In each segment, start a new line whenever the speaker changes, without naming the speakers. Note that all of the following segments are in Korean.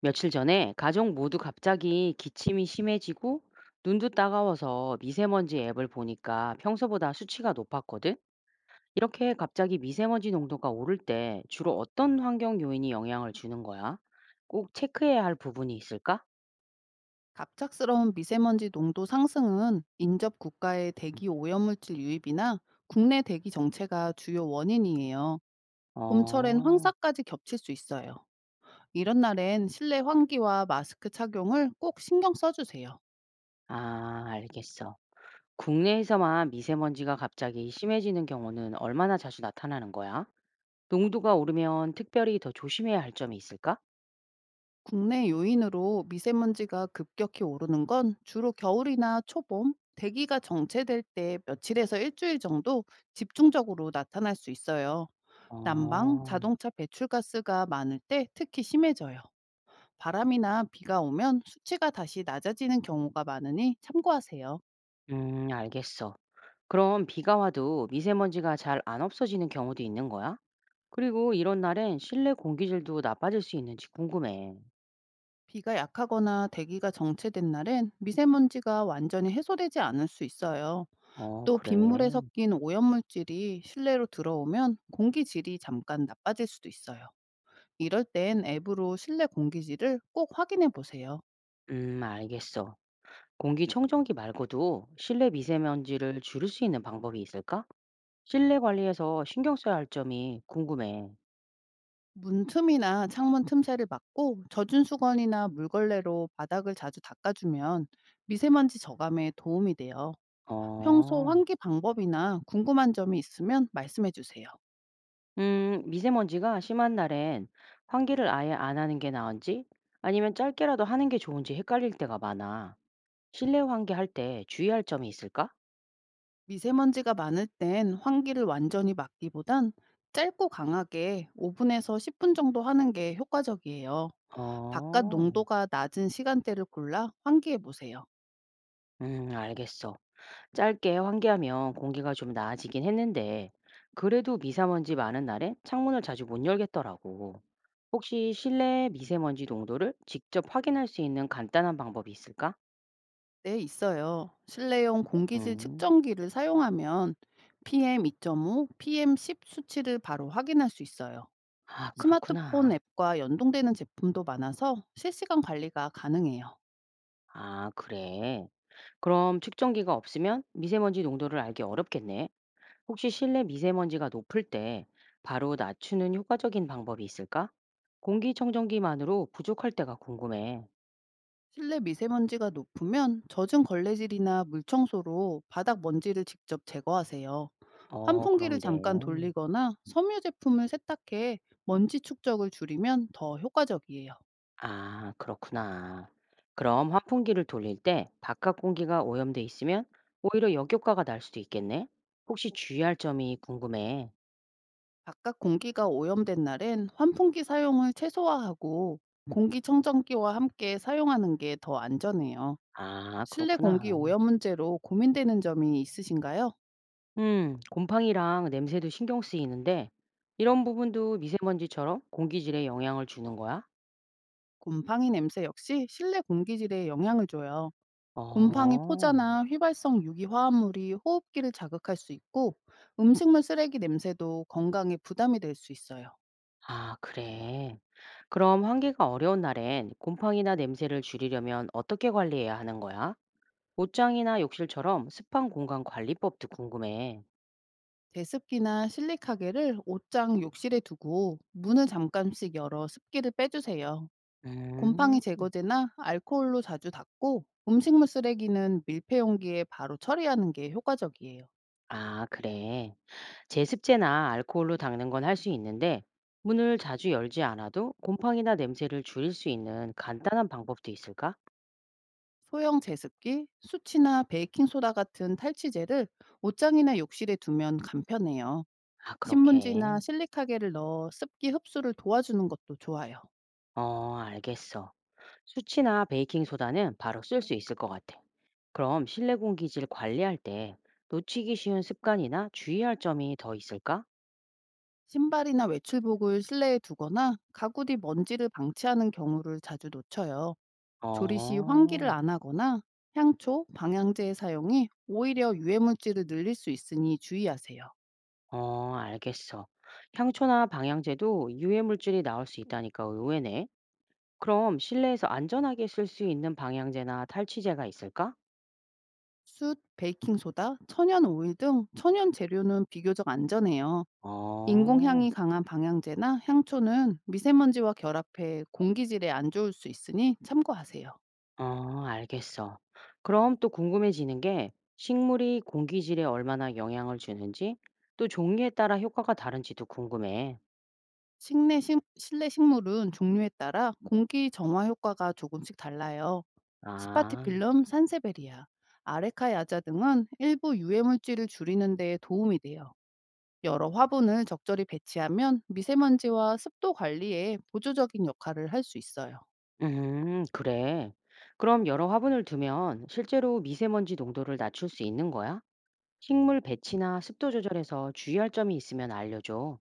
며칠 전에 가족 모두 갑자기 기침이 심해지고 눈도 따가워서 미세먼지 앱을 보니까 평소보다 수치가 높았거든? 이렇게 갑자기 미세먼지 농도가 오를 때 주로 어떤 환경 요인이 영향을 주는 거야? 꼭 체크해야 할 부분이 있을까?
갑작스러운 미세먼지 농도 상승은 인접 국가의 대기 오염물질 유입이나 국내 대기 정체가 주요 원인이에요. 봄철엔
어,
황사까지 겹칠 수 있어요. 이런 날엔 실내 환기와 마스크 착용을 꼭 신경 써주세요.
아, 알겠어. 국내에서만 미세먼지가 갑자기 심해지는 경우는 얼마나 자주 나타나는 거야? 농도가 오르면 특별히 더 조심해야 할 점이 있을까?
국내 요인으로 미세먼지가 급격히 오르는 건 주로 겨울이나 초봄, 대기가 정체될 때 며칠에서 일주일 정도 집중적으로 나타날 수 있어요. 난방,
어,
자동차 배출가스가 많을 때 특히 심해져요. 바람이나 비가 오면 수치가 다시 낮아지는 경우가 많으니 참고하세요.
알겠어. 그럼 비가 와도 미세먼지가 잘 안 없어지는 경우도 있는 거야? 그리고 이런 날엔 실내 공기질도 나빠질 수 있는지 궁금해.
비가 약하거나 대기가 정체된 날엔 미세먼지가 완전히 해소되지 않을 수 있어요.
어,
또 빗물에
그래.
섞인 오염물질이 실내로 들어오면 공기질이 잠깐 나빠질 수도 있어요. 이럴 땐 앱으로 실내 공기질을 꼭 확인해 보세요.
알겠어. 공기청정기 말고도 실내 미세먼지를 줄일 수 있는 방법이 있을까? 실내 관리에서 신경 써야 할 점이 궁금해.
문 틈이나 창문 틈새를 막고 젖은 수건이나 물걸레로 바닥을 자주 닦아주면 미세먼지 저감에 도움이 돼요. 평소
어,
환기 방법이나 궁금한 점이 있으면 말씀해 주세요.
미세먼지가 심한 날엔 환기를 아예 안 하는 게 나은지 아니면 짧게라도 하는 게 좋은지 헷갈릴 때가 많아. 실내 환기할 때 주의할 점이 있을까?
미세먼지가 많을 땐 환기를 완전히 막기보단 짧고 강하게 5분에서 10분 정도 하는 게 효과적이에요. 바깥
어.
농도가 낮은 시간대를 골라 환기해 보세요.
음, 알겠어. 짧게 환기하면 공기가 좀 나아지긴 했는데 그래도 미세먼지 많은 날엔 창문을 자주 못 열겠더라고. 혹시 실내 미세먼지 농도를 직접 확인할 수 있는 간단한 방법이 있을까?
네, 있어요. 실내용 공기질
음.
측정기를 사용하면 PM2.5, PM10 수치를 바로 확인할 수 있어요.
아,
스마트폰
그렇구나.
앱과 연동되는 제품도 많아서 실시간 관리가 가능해요.
아, 그래. 그럼 측정기가 없으면 미세먼지 농도를 알기 어렵겠네. 혹시 실내 미세먼지가 높을 때 바로 낮추는 효과적인 방법이 있을까? 공기청정기만으로 부족할 때가 궁금해.
실내 미세먼지가 높으면 젖은 걸레질이나 물청소로 바닥 먼지를 직접 제거하세요.
어,
환풍기를
그럼 네.
잠깐 돌리거나 섬유 제품을 세탁해 먼지 축적을 줄이면 더 효과적이에요.
아, 그렇구나. 그럼 환풍기를 돌릴 때 바깥 공기가 오염돼 있으면 오히려 역효과가 날 수도 있겠네? 혹시 주의할 점이 궁금해.
바깥 공기가 오염된 날엔 환풍기 사용을 최소화하고 공기청정기와 함께 사용하는 게 더 안전해요.
아,
실내 공기
그렇구나.
오염 문제로 고민되는 점이 있으신가요?
음, 곰팡이랑 냄새도 신경 쓰이는데 이런 부분도 미세먼지처럼 공기질에 영향을 주는 거야?
곰팡이 냄새 역시 실내 공기질에 영향을 줘요. 곰팡이
어.
포자나 휘발성 유기 화합물이 호흡기를 자극할 수 있고 음식물 쓰레기 냄새도 건강에 부담이 될 수 있어요.
아, 그래. 그럼 환기가 어려운 날엔 곰팡이나 냄새를 줄이려면 어떻게 관리해야 하는 거야? 옷장이나 욕실처럼 습한 공간 관리법도 궁금해.
제습기나 실리카겔을 옷장 욕실에 두고 문을 잠깐씩 열어 습기를 빼주세요. 곰팡이
음,
제거제나 알코올로 자주 닦고 음식물 쓰레기는 밀폐 용기에 바로 처리하는 게 효과적이에요.
아, 그래. 제습제나 알코올로 닦는 건 할 수 있는데, 문을 자주 열지 않아도 곰팡이나 냄새를 줄일 수 있는 간단한 방법도 있을까?
소형 제습기, 수치나 베이킹소다 같은 탈취제를 옷장이나 욕실에 두면 간편해요.
아, 그렇게.
신문지나 실리카겔을 넣어 습기 흡수를 도와주는 것도 좋아요.
어, 알겠어. 수치나 베이킹소다는 바로 쓸 수 있을 것 같아. 그럼 실내 공기질 관리할 때 놓치기 쉬운 습관이나 주의할 점이 더 있을까?
신발이나 외출복을 실내에 두거나 가구 뒤 먼지를 방치하는 경우를 자주 놓쳐요. 조리 시 환기를
어.
안 하거나 향초, 방향제의 사용이 오히려 유해물질을 늘릴 수 있으니 주의하세요.
어, 알겠어. 향초나 방향제도 유해 물질이 나올 수 있다니까 의외네. 그럼 실내에서 안전하게 쓸 수 있는 방향제나 탈취제가 있을까?
숯, 베이킹소다, 천연 오일 등 천연 재료는 비교적 안전해요.
어,
인공향이 강한 방향제나 향초는 미세먼지와 결합해 공기질에 안 좋을 수 있으니 참고하세요.
어, 알겠어. 그럼 또 궁금해지는 게 식물이 공기질에 얼마나 영향을 주는지, 또 종류에 따라 효과가 다른지도 궁금해.
식내 식 실내 식물은 종류에 따라 공기 정화 효과가 조금씩 달라요.
아,
스파티필름 산세베리아, 아레카 야자 등은 일부 유해 물질을 줄이는 데 도움이 돼요. 여러 화분을 적절히 배치하면 미세먼지와 습도 관리에 보조적인 역할을 할 수 있어요.
그래. 그럼 여러 화분을 두면 실제로 미세먼지 농도를 낮출 수 있는 거야? 식물 배치나 습도 조절에서 주의할 점이 있으면 알려줘.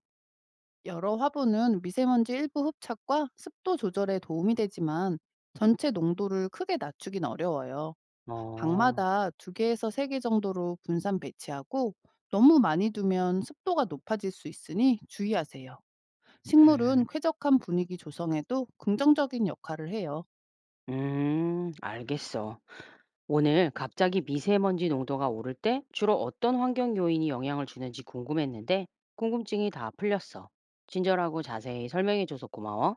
여러 화분은 미세먼지 일부 흡착과 습도 조절에 도움이 되지만 전체 농도를 크게 낮추긴 어려워요.
어,
방마다 2 개에서 3개 정도로 분산 배치하고 너무 많이 두면 습도가 높아질 수 있으니 주의하세요.
음,
식물은 쾌적한 분위기 조성에도 긍정적인 역할을 해요.
알겠어. 오늘 갑자기 미세먼지 농도가 오를 때 주로 어떤 환경 요인이 영향을 주는지 궁금했는데 궁금증이 다 풀렸어. 친절하고 자세히 설명해줘서 고마워.